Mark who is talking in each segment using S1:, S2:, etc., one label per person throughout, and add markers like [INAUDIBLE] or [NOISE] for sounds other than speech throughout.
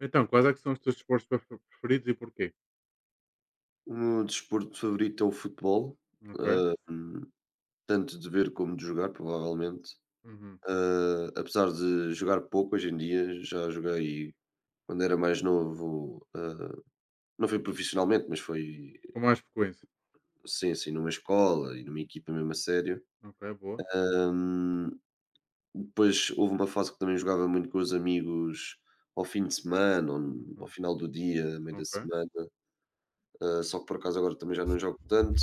S1: Então, quais é que são os teus desportos preferidos e porquê?
S2: O meu desporto favorito é o futebol,
S1: Ok.
S2: tanto de ver como de jogar, provavelmente.
S1: Uhum.
S2: Apesar de jogar pouco hoje em dia, já joguei quando era mais novo, não foi profissionalmente, mas foi
S1: Com mais frequência.
S2: sim, assim, numa escola e numa equipa mesmo a sério.
S1: Ok, boa.
S2: Hum, Depois houve uma fase que também jogava muito com os amigos ao fim de semana, ou ao
S1: Uhum.
S2: final do dia, a meio da
S1: Ok.
S2: semana. Só que por acaso agora também já não jogo tanto.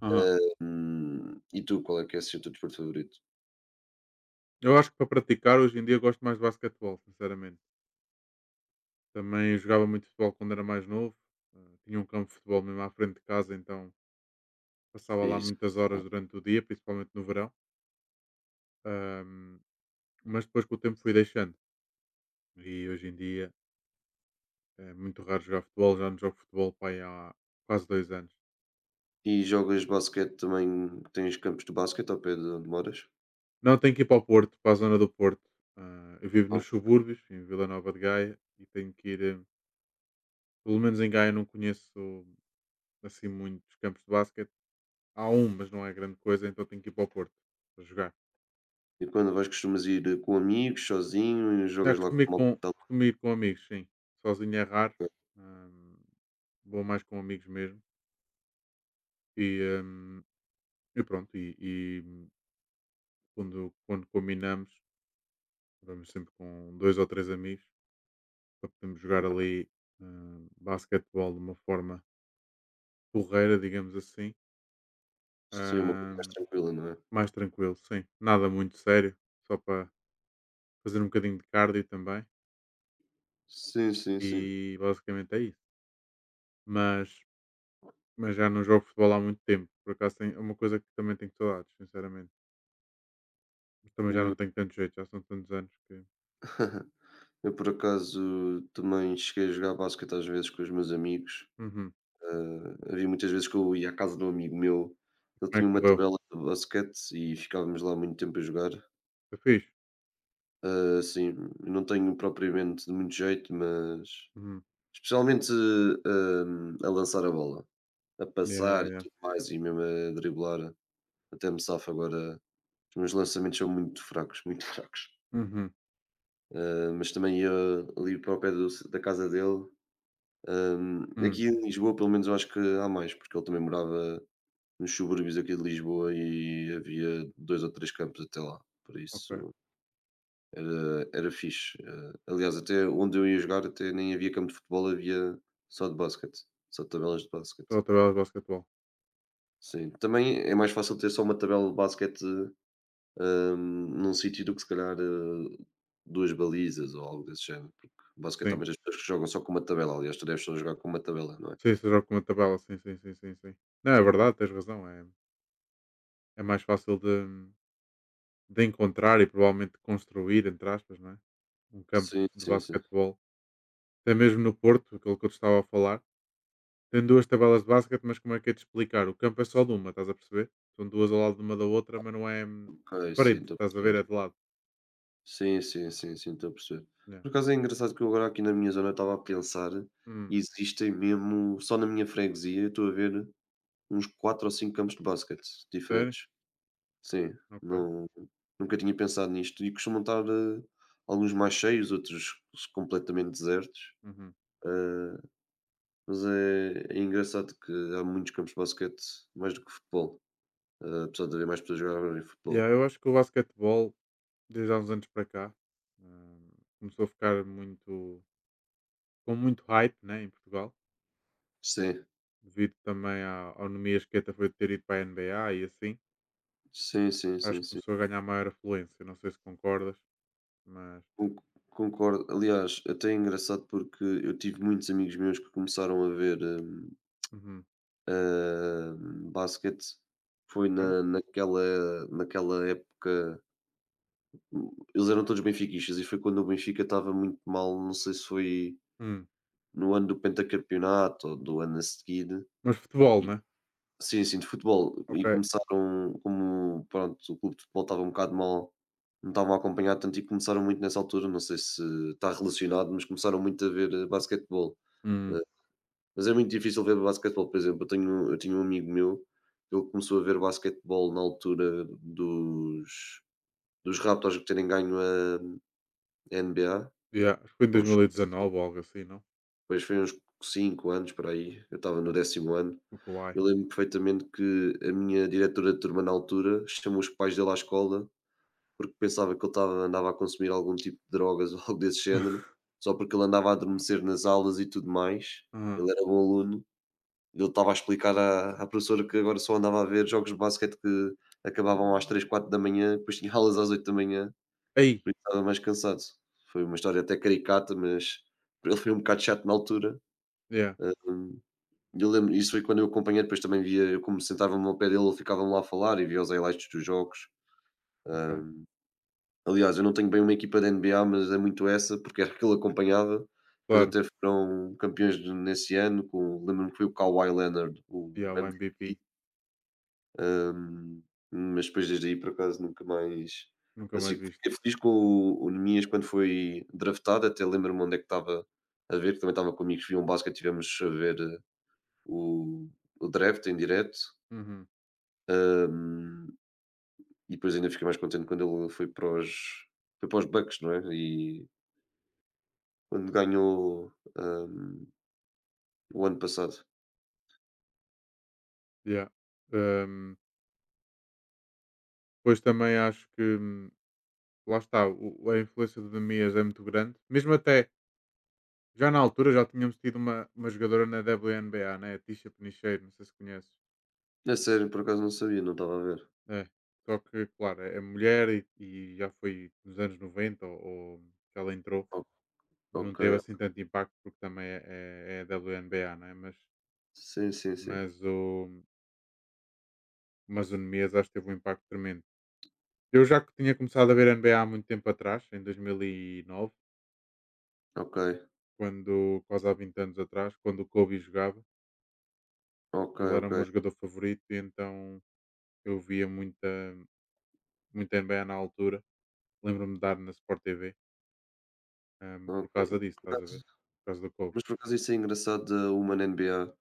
S1: Aham.
S2: E tu, qual é que é assim, o teu desporto favorito?
S1: Eu acho que para praticar, hoje em dia, gosto mais de basquetebol, sinceramente. Também jogava muito futebol quando era mais novo. Tinha um campo de futebol mesmo à frente de casa, então passava
S2: É
S1: lá
S2: isso.
S1: muitas horas durante o dia, principalmente no verão. Ahm, mas depois com o tempo fui deixando. E hoje em dia é muito raro jogar futebol, já não jogo futebol pá, aí há quase 2 anos.
S2: E jogas basquete também, tens campos de basquete ao pé de onde moras?
S1: Não, tenho que ir para o Porto, para a zona do Porto. Ah, eu vivo nos
S2: Ok.
S1: subúrbios, em Vila Nova de Gaia, e tenho que ir. Pelo menos em Gaia não conheço assim muitos campos de basquete. Há um, mas não é grande coisa, então tenho que ir para o Porto para jogar.
S2: E quando vais costumas ir com amigos, sozinho e
S1: Já
S2: jogas lá com
S1: costumo ir
S2: a malta que
S1: com,
S2: está lá
S1: Costumo ir com amigos, sim. Sozinho é raro.
S2: perto?
S1: ah, Vou mais com amigos mesmo. E, hum, e pronto, e quando combinamos, vamos sempre com dois ou três amigos para podermos jogar ali basquetebol de uma forma porreira, digamos assim.
S2: Sim, é uma coisa mais
S1: ahm,
S2: tranquila, não é?
S1: Mais tranquilo, sim. Nada muito sério, só para fazer um bocadinho de cardio também
S2: Sim, sim, sim.
S1: e basicamente é isso. Mas, mas já não jogo futebol há muito tempo, por acaso é uma coisa que também tenho saudades, sinceramente. Mas também já
S2: Eu,
S1: não tenho tanto jeito, já são tantos anos que.
S2: eu por acaso também cheguei a jogar basquete às vezes com os meus amigos.
S1: Uhum.
S2: Havia muitas vezes que eu ia à casa de um amigo meu, ele
S1: Como é
S2: tinha
S1: que
S2: uma
S1: correu?
S2: tabela de basquete e ficávamos lá muito tempo a jogar.
S1: Foi fixe?
S2: Ah, sim, não tenho propriamente de muito jeito, mas
S1: Uhum.
S2: especialmente, a lançar a bola, a
S1: Yeah, yeah,
S2: passar e
S1: yeah.
S2: tudo mais e mesmo a driblar, até me safo. Agora os meus lançamentos são muito fracos, muito [LAUGHS] fracos.
S1: Uhum.
S2: Mas também ia ali para o pé do da casa dele.
S1: Hum.
S2: Aqui em Lisboa pelo menos eu acho que há mais, porque ele também morava nos subúrbios aqui de Lisboa e havia 2 ou 3 campos até lá, por
S1: Ok.
S2: isso era fixe. Aliás, até onde eu ia jogar até nem havia campo de futebol, havia só de basquete, só tabelas de
S1: Só
S2: basquete.
S1: a tabela de basquetebol.
S2: Sim, também é mais fácil ter só uma tabela de basquete, hum, num sítio, do que se calhar, 2 balizas ou algo desse género, porque basquete há
S1: Sim.
S2: as pessoas que jogam só com uma tabela. Aliás, tu deves só jogar com uma tabela, não é?
S1: Sim, se jogo com uma tabela, sim, sim, sim, sim, sim. Não, é verdade, tens razão. É mais fácil de encontrar e provavelmente construir, entre aspas, não é? Um campo
S2: Sim,
S1: de
S2: sim, sim.
S1: basquetebol, até mesmo no Porto, aquilo que eu te estava a falar. Tem duas tabelas de basquete, mas como é que é de explicar? O campo é só de uma, estás a perceber? São duas ao lado de uma da outra, mas não é de
S2: Ok, sim,
S1: frente,
S2: estou a
S1: estás a ver? É de
S2: perceber.
S1: lado.
S2: Sim, sim, sim, sim, estou a perceber.
S1: Yeah.
S2: Por acaso é engraçado que eu agora aqui na minha zona estava a pensar,
S1: Hum,
S2: e existem mesmo, só na minha freguesia, eu estou a ver uns 4 ou 5 campos de basquete
S1: Sério?
S2: diferentes. Sim,
S1: Ok.
S2: não nunca tinha pensado nisto e costumam estar, alguns mais cheios, outros completamente desertos.
S1: Uhum.
S2: eh, mas é engraçado que há muitos campos de basquete mais do que futebol, apesar de haver mais pessoas a jogar futebol.
S1: Yeah, eu acho que o basquetebol, desde há uns anos para cá, hum, começou a ficar muito com muito hype, né, em Portugal,
S2: Sim,
S1: devido também ao Nomi Esqueta foi ter ido para a NBA e assim.
S2: sim, sim,
S1: Acho
S2: sim,
S1: que
S2: sim.
S1: começou a ganhar maior afluência, não sei se concordas, mas.
S2: Con Concordo. Aliás, até é engraçado porque eu tive muitos amigos meus que começaram a ver,
S1: Uhum.
S2: hã, basquete. Foi
S1: Ok.
S2: na naquela época. Eles eram todos benfiquistas e foi quando o Benfica estava muito mal, não sei se foi
S1: Hum.
S2: no ano do pentacampeonato ou do ano a seguir.
S1: Mas futebol,
S2: E,
S1: né?
S2: sim, sim, de futebol. E
S1: Ok.
S2: começaram, como pronto, o clube de futebol estava um bocado mal, não estavam a acompanhar tanto e começaram muito nessa altura, não sei se está relacionado, mas começaram muito a ver basquetebol.
S1: Hum.
S2: Eh, Mas é muito difícil ver basquetebol. Por exemplo, eu tinha um amigo meu, ele começou a ver basquetebol na altura dos Raptors que terem ganho a NBA,
S1: Yeah. Acho que foi em
S2: há uns
S1: 2019 ou algo assim, não?
S2: pois, foi uns 5 anos para aí, eu estava no
S1: Yeah.
S2: 10.º ano.
S1: O Kawhi.
S2: Eu lembro perfeitamente que a minha diretora de turma na altura chamou os pais dele à escola, porque pensava que ele estava andava a consumir algum tipo de drogas ou [LAUGHS] algo desse género,
S1: [LAUGHS]
S2: só porque ele andava a adormecer nas aulas e tudo mais.
S1: Aham.
S2: Ele era bom aluno, ele estava a explicar à professora que agora só andava a ver jogos de basquete que acabavam às três quatro da manhã, depois tinha aulas às 8 da manhã,
S1: Ei!
S2: por isso estava mais cansado. Foi uma história até caricata, mas ele foi um bocado chato na altura.
S1: Yeah.
S2: Eu lembro isso foi quando eu acompanhei, depois também via, eu como sentava-me ao pé dele, ele ficava-me lá a falar e via os highlights dos jogos.
S1: Ok.
S2: Hum, Aliás, eu não tenho bem uma equipa da NBA, mas é muito essa, porque era [LAUGHS] que ele acompanhava. Depois
S1: Claro.
S2: até foram campeões nesse ano, lembro-me que foi o Kawhi Leonard, o
S1: Yeah, o
S2: MVP.
S1: MVP.
S2: hum, mas depois desde aí, por acaso, nunca mais...
S1: Nunca mais
S2: Assim,
S1: visto.
S2: fiquei feliz com o Nemias quando foi draftado, até lembro-me onde é que estava a ver, que também estava com amigos que viam basquete, tivemos a ver o, o draft em direto.
S1: Uhum.
S2: Ahm, e depois ainda fiquei mais contente quando ele foi foi para os Bucks, não é? E quando ganhou, o ano passado.
S1: Yeah. Hum, Depois também acho que, lá está, a influência do Demias é muito grande. Mesmo até, já na altura já tínhamos tido uma jogadora na WNBA, né? A né? Tisha Penicheiro, não sei se conheces.
S2: É sério, por acaso não sabia, não estava a ver.
S1: É, só que, claro, é mulher e já foi nos anos 90 ou que ela entrou
S2: O-
S1: e não
S2: Ok.
S1: teve assim tanto impacto porque também é WNBA, não é?
S2: Sim, sim, sim.
S1: Mas o, mas o Nemias acho que teve um impacto tremendo. Eu já que tinha começado a ver NBA há muito tempo atrás, em 2009,
S2: Ok,
S1: quase há 20 anos atrás, quando o Kobe jogava,
S2: ok,
S1: ele era o
S2: ok.
S1: meu jogador favorito e então eu via muita, muita NBA na altura. Lembro-me de dar na Sport TV, por
S2: Ok.
S1: causa disso,
S2: Por
S1: estás a ver?
S2: acaso-
S1: Por causa do Kobe.
S2: mas por acaso isso é engraçado da Human NBA.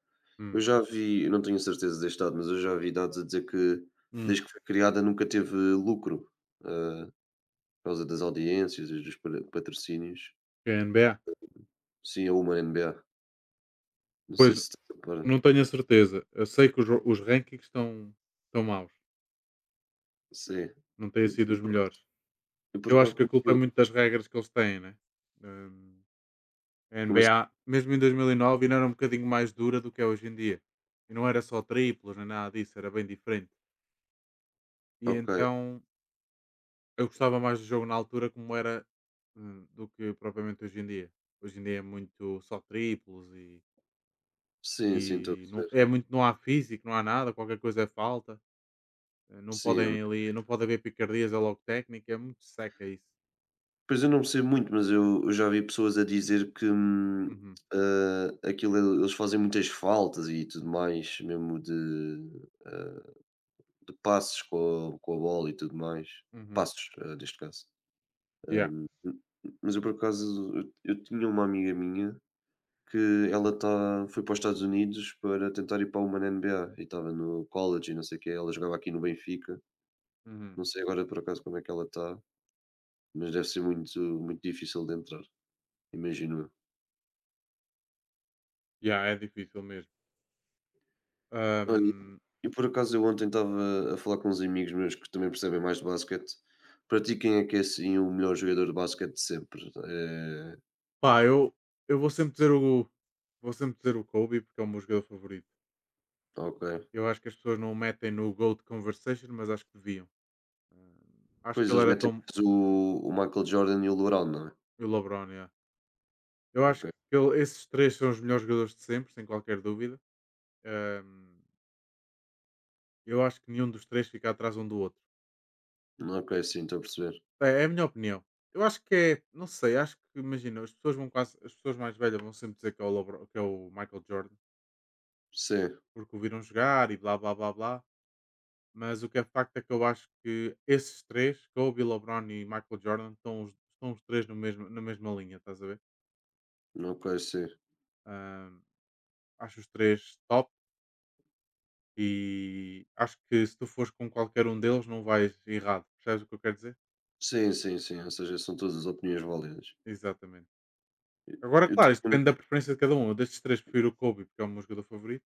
S2: Eu
S1: Hum.
S2: já vi, eu não tenho certeza deste dado, mas eu já vi dados a dizer que
S1: Hum,
S2: desde que foi criada nunca teve lucro, ah, por causa das audiências e dos patrocínios.
S1: que é a NBA?
S2: Sim, a Human NBA. Não
S1: Pois,
S2: sei se está para.
S1: não tenho a certeza. Eu sei que os rankings estão maus,
S2: Sim.
S1: não têm
S2: Eu,
S1: sido os
S2: eu por acaso
S1: melhores.
S2: eu por
S1: Eu acho
S2: acaso
S1: que a culpa é
S2: conheci-lo.
S1: muito das regras que eles têm, né. Hum, a
S2: Como assim?
S1: NBA, mesmo em 2009 ainda era um bocadinho mais dura do que é hoje em dia. E não era só triplos nem nada disso, era bem diferente. E
S2: Ok.
S1: então, eu gostava mais do jogo na altura como era, do que propriamente hoje em dia. Hoje em dia é muito só triplos e
S2: Sim, sim, estou a
S1: e não
S2: perceber.
S1: é muito, não há físico, não há nada, qualquer coisa é falta. Não
S2: Sim.
S1: podem ali, não pode haver picardias, é logo técnica, é muito seca isso.
S2: Pois eu não percebo muito, mas eu já vi pessoas a dizer que
S1: Uhum,
S2: aquilo eles fazem muitas faltas e tudo mais, mesmo ah, de passos com a bola e tudo mais.
S1: uhum.
S2: Passos, neste caso.
S1: Yeah,
S2: Mas eu por acaso eu tinha uma amiga minha que ela foi para os Estados Unidos para tentar ir para uma na NBA, e estava no college e não sei o quê, ela jogava aqui no Benfica,
S1: uhum.
S2: não sei agora por acaso como é que ela está, mas deve ser muito muito difícil de entrar, imagino eu.
S1: Yeah, é difícil mesmo.
S2: Olha,
S1: Ahm,
S2: e por acaso eu ontem estava a falar com uns amigos meus que também percebem mais de basquete, para ti quem é que é assim o melhor jogador de basquete de sempre?
S1: Pá, eu vou sempre dizer o Kobe porque é o meu jogador favorito.
S2: Ok.
S1: Eu acho que as pessoas não o metem no GOAT Conversation, mas acho que deviam. Acho
S2: Pois
S1: que ele
S2: eles
S1: era
S2: metem
S1: tão.
S2: mais o Michael Jordan e o LeBron, não é?
S1: E o LeBron, yeah. Eu acho
S2: Ok.
S1: que esses três são os melhores jogadores de sempre, sem qualquer dúvida. Ahm, eu acho que nenhum dos três fica atrás um do outro.
S2: Ok, sim, estou a perceber.
S1: É a minha opinião. Eu acho que é, não sei, acho que imagina, as pessoas vão quase, as pessoas mais velhas vão sempre dizer que é o Michael Jordan,
S2: Sim,
S1: porque o viram jogar e blá blá blá blá. Mas o que é facto é que eu acho que esses três, Kobe, LeBron e Michael Jordan, estão os três no mesmo, na mesma linha, estás a ver?
S2: ok, sim.
S1: Ahm, Acho os três top e acho que se tu fores com qualquer um deles não vais errado. Percebes o que eu quero dizer?
S2: Sim, sim, sim, ou seja, são todas as opiniões válidas.
S1: Exatamente. Agora,
S2: Eu
S1: claro, isto
S2: tenho
S1: depende da preferência de cada um. Eu destes três prefiro o Kobe, porque é o meu jogador favorito.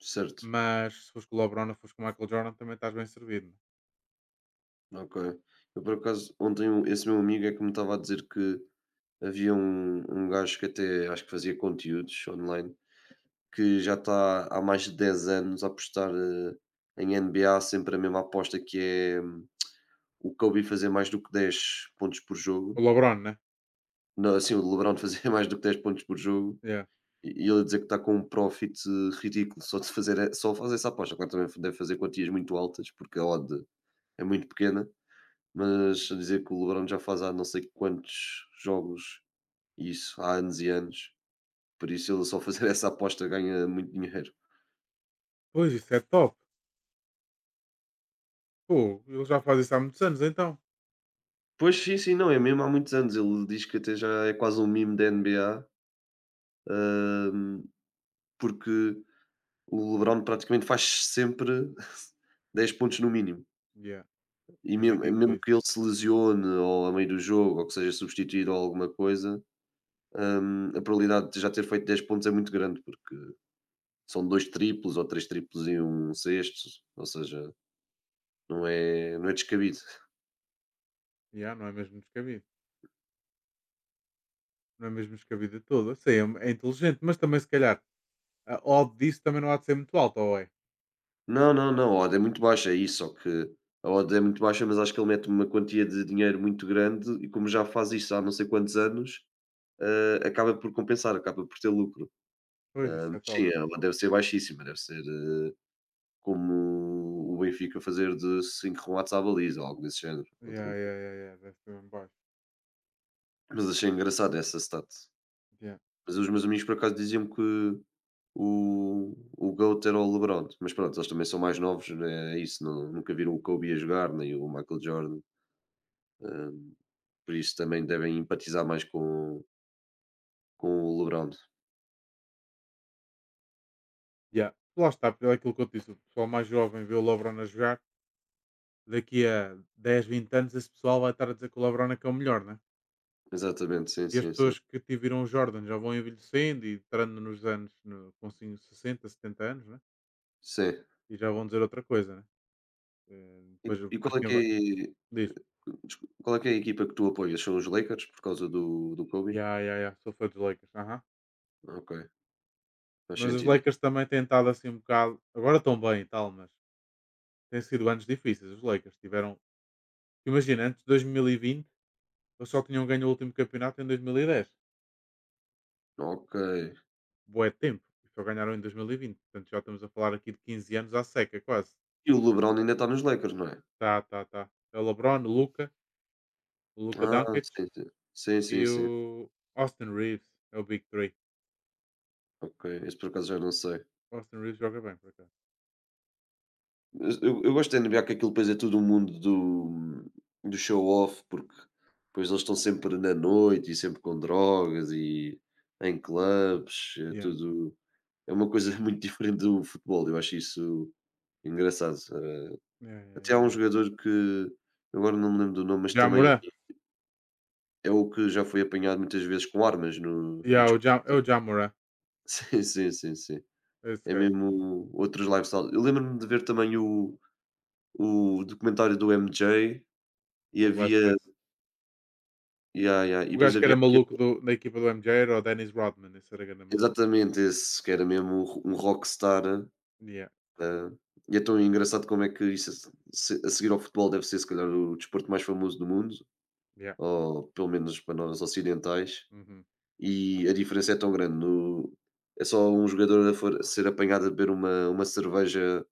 S2: certo,
S1: Mas se fores com o LeBron ou fores com o Michael Jordan também estás bem servido. Né?
S2: ok. Eu por acaso, ontem esse meu amigo é que me estava a dizer que havia um gajo que até acho que fazia conteúdos online, que já está há mais de 10 anos a apostar, em NBA, sempre a mesma aposta que é, o Kobe fazer mais do que 10 pontos por
S1: O
S2: jogo.
S1: LeBron, né?
S2: Não, assim, o LeBron [LAUGHS] fazer mais do que 10 pontos por jogo.
S1: Yeah.
S2: E ele a dizer que está com um profit ridículo só de fazer e só fazer essa aposta. Claro, também deve fazer quantias muito altas, porque a odd é muito pequena, mas a dizer que o LeBron já faz há não sei quantos jogos, e isso há anos e anos, por isso ele só fazer [LAUGHS] essa aposta ganha muito dinheiro.
S1: Pois, isso é top. Pô, ele já faz isso há muitos anos então.
S2: Pois sim, sim, não, é mesmo há muitos anos. Ele diz que até já é quase um mimo da NBA, hum, porque o LeBron praticamente faz sempre [LAUGHS] 10 pontos no mínimo.
S1: Yeah.
S2: E
S1: É
S2: mesmo
S1: ridículo
S2: mesmo
S1: isso.
S2: que ele se lesione ou a meio do jogo ou que seja substituído ou alguma coisa, a probabilidade de já ter feito 10 pontos é muito grande, porque são 2 triplos ou 3 triplos e um sexto, ou seja, não é descabido.
S1: Yeah, não é mesmo descabido. Não é mesmo descabido de todo. Eu sei, é inteligente, mas também se calhar a odd disso também não há de ser muito alta, ou é?
S2: Não, não, não, a odd é muito baixa, é isso, só que a odd é muito baixa, mas acho que ele mete uma quantia de dinheiro muito grande e como já faz isso há não sei quantos anos, acaba por compensar, acaba por ter lucro.
S1: Pois, isso é top.
S2: Sim, ela deve ser baixíssima, deve ser, como o Benfica fazer de 5 remates à baliza ou algo desse género, contra
S1: Yeah,
S2: um tronco.
S1: yeah, yeah, yeah. Deve ser bem baixo.
S2: Mas achei engraçado essa stat.
S1: Yeah.
S2: Mas os meus amigos por acaso diziam que o, o GOAT era o LeBron, mas pronto, eles também são mais novos, né? É isso, não, nunca viram o Kobe a jogar, nem o Michael Jordan. hum, por isso também devem empatizar mais com o LeBron.
S1: Yeah. Lá está, é aquilo que eu te disse. O pessoal mais jovem vê o LeBron a jogar. Daqui a 10, 20 anos esse pessoal vai estar a dizer que o LeBron é que é o melhor, né?
S2: Exatamente, sim,
S1: E as
S2: sim, sim.
S1: pessoas que tiveram o Jordan já vão envelhecendo e entrando nos anos no, com assim, 60, 70 anos, né?
S2: Sim.
S1: E já vão dizer outra coisa, né?
S2: E,
S1: Depois,
S2: e
S1: depois
S2: qual, é
S1: quem
S2: que
S1: vai,
S2: é,
S1: diz,
S2: desculpa, qual é que é a equipa que tu apoias? São os Lakers por causa do Kobe?
S1: ya, ya, ya, sou fã dos Lakers. Aham.
S2: Ok, faz
S1: Mas os
S2: sentido.
S1: Lakers também têm estado assim um bocado, agora estão bem e tal, mas têm sido anos difíceis. Os Lakers tiveram, imagina, antes de 2020, eles só tinham ganho o último campeonato em 2010.
S2: Ok.
S1: Boé tempo. E só ganharam em 2020. Portanto, já estamos a falar aqui de 15 anos à seca, quase.
S2: E o LeBron ainda está nos Lakers, não é?
S1: Tá, tá, tá. É o LeBron, o Luca
S2: Ah,
S1: Doncic,
S2: sim, sim. Sim, sim,
S1: e
S2: sim.
S1: o Austin Reeves, é o Big Three.
S2: Ok, esse por acaso já não sei.
S1: Austin Reeves joga bem, por acaso.
S2: Mas eu gosto de NBA, que aquilo depois é tudo o mundo do show-off, porque depois eles estão sempre na noite e sempre com drogas e em clubes, é
S1: Yeah.
S2: tudo. É uma coisa [LAUGHS] muito diferente do futebol, eu acho isso engraçado.
S1: Yeah,
S2: Até
S1: yeah,
S2: há
S1: yeah,
S2: um
S1: yeah.
S2: jogador que agora não me lembro do nome, mas
S1: Ja
S2: também é o que já foi apanhado muitas vezes com armas no, em...
S1: Yeah, o Jam é o Ja
S2: Sim, sim, sim, sim.
S1: é esse
S2: É
S1: gajo,
S2: mesmo outros lifestyle. Eu lembro-me de ver também o documentário do MJ e
S1: o Last
S2: havia,
S1: Dance.
S2: yeah, yeah, e
S1: O
S2: depois
S1: gajo que
S2: havia
S1: era maluco
S2: aquele
S1: da equipa do MJ era o Dennis Rodman, esse era grande maluco.
S2: exatamente esse, que era mesmo um rockstar,
S1: Yeah,
S2: hã, e é tão engraçado como é que isso, a se a seguir ao futebol deve ser se calhar o desporto mais famoso do mundo,
S1: yeah.
S2: ou pelo menos para nós ocidentais,
S1: Uhum.
S2: e a diferença é tão grande no, é só um jogador a for ser apanhado a beber uma cerveja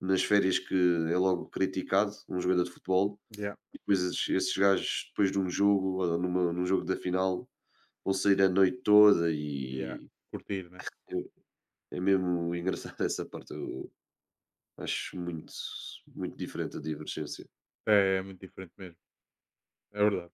S2: nas férias que é logo criticado, um jogador de futebol,
S1: Yeah,
S2: e depois esses gajos, depois de um jogo, ou num jogo da final, vão sair a noite toda
S1: yeah.
S2: e
S1: Curtir, né?
S2: é é mesmo [LAUGHS] engraçado essa parte. Eu acho muito, muito diferente a divergência.
S1: É muito diferente mesmo. É verdade.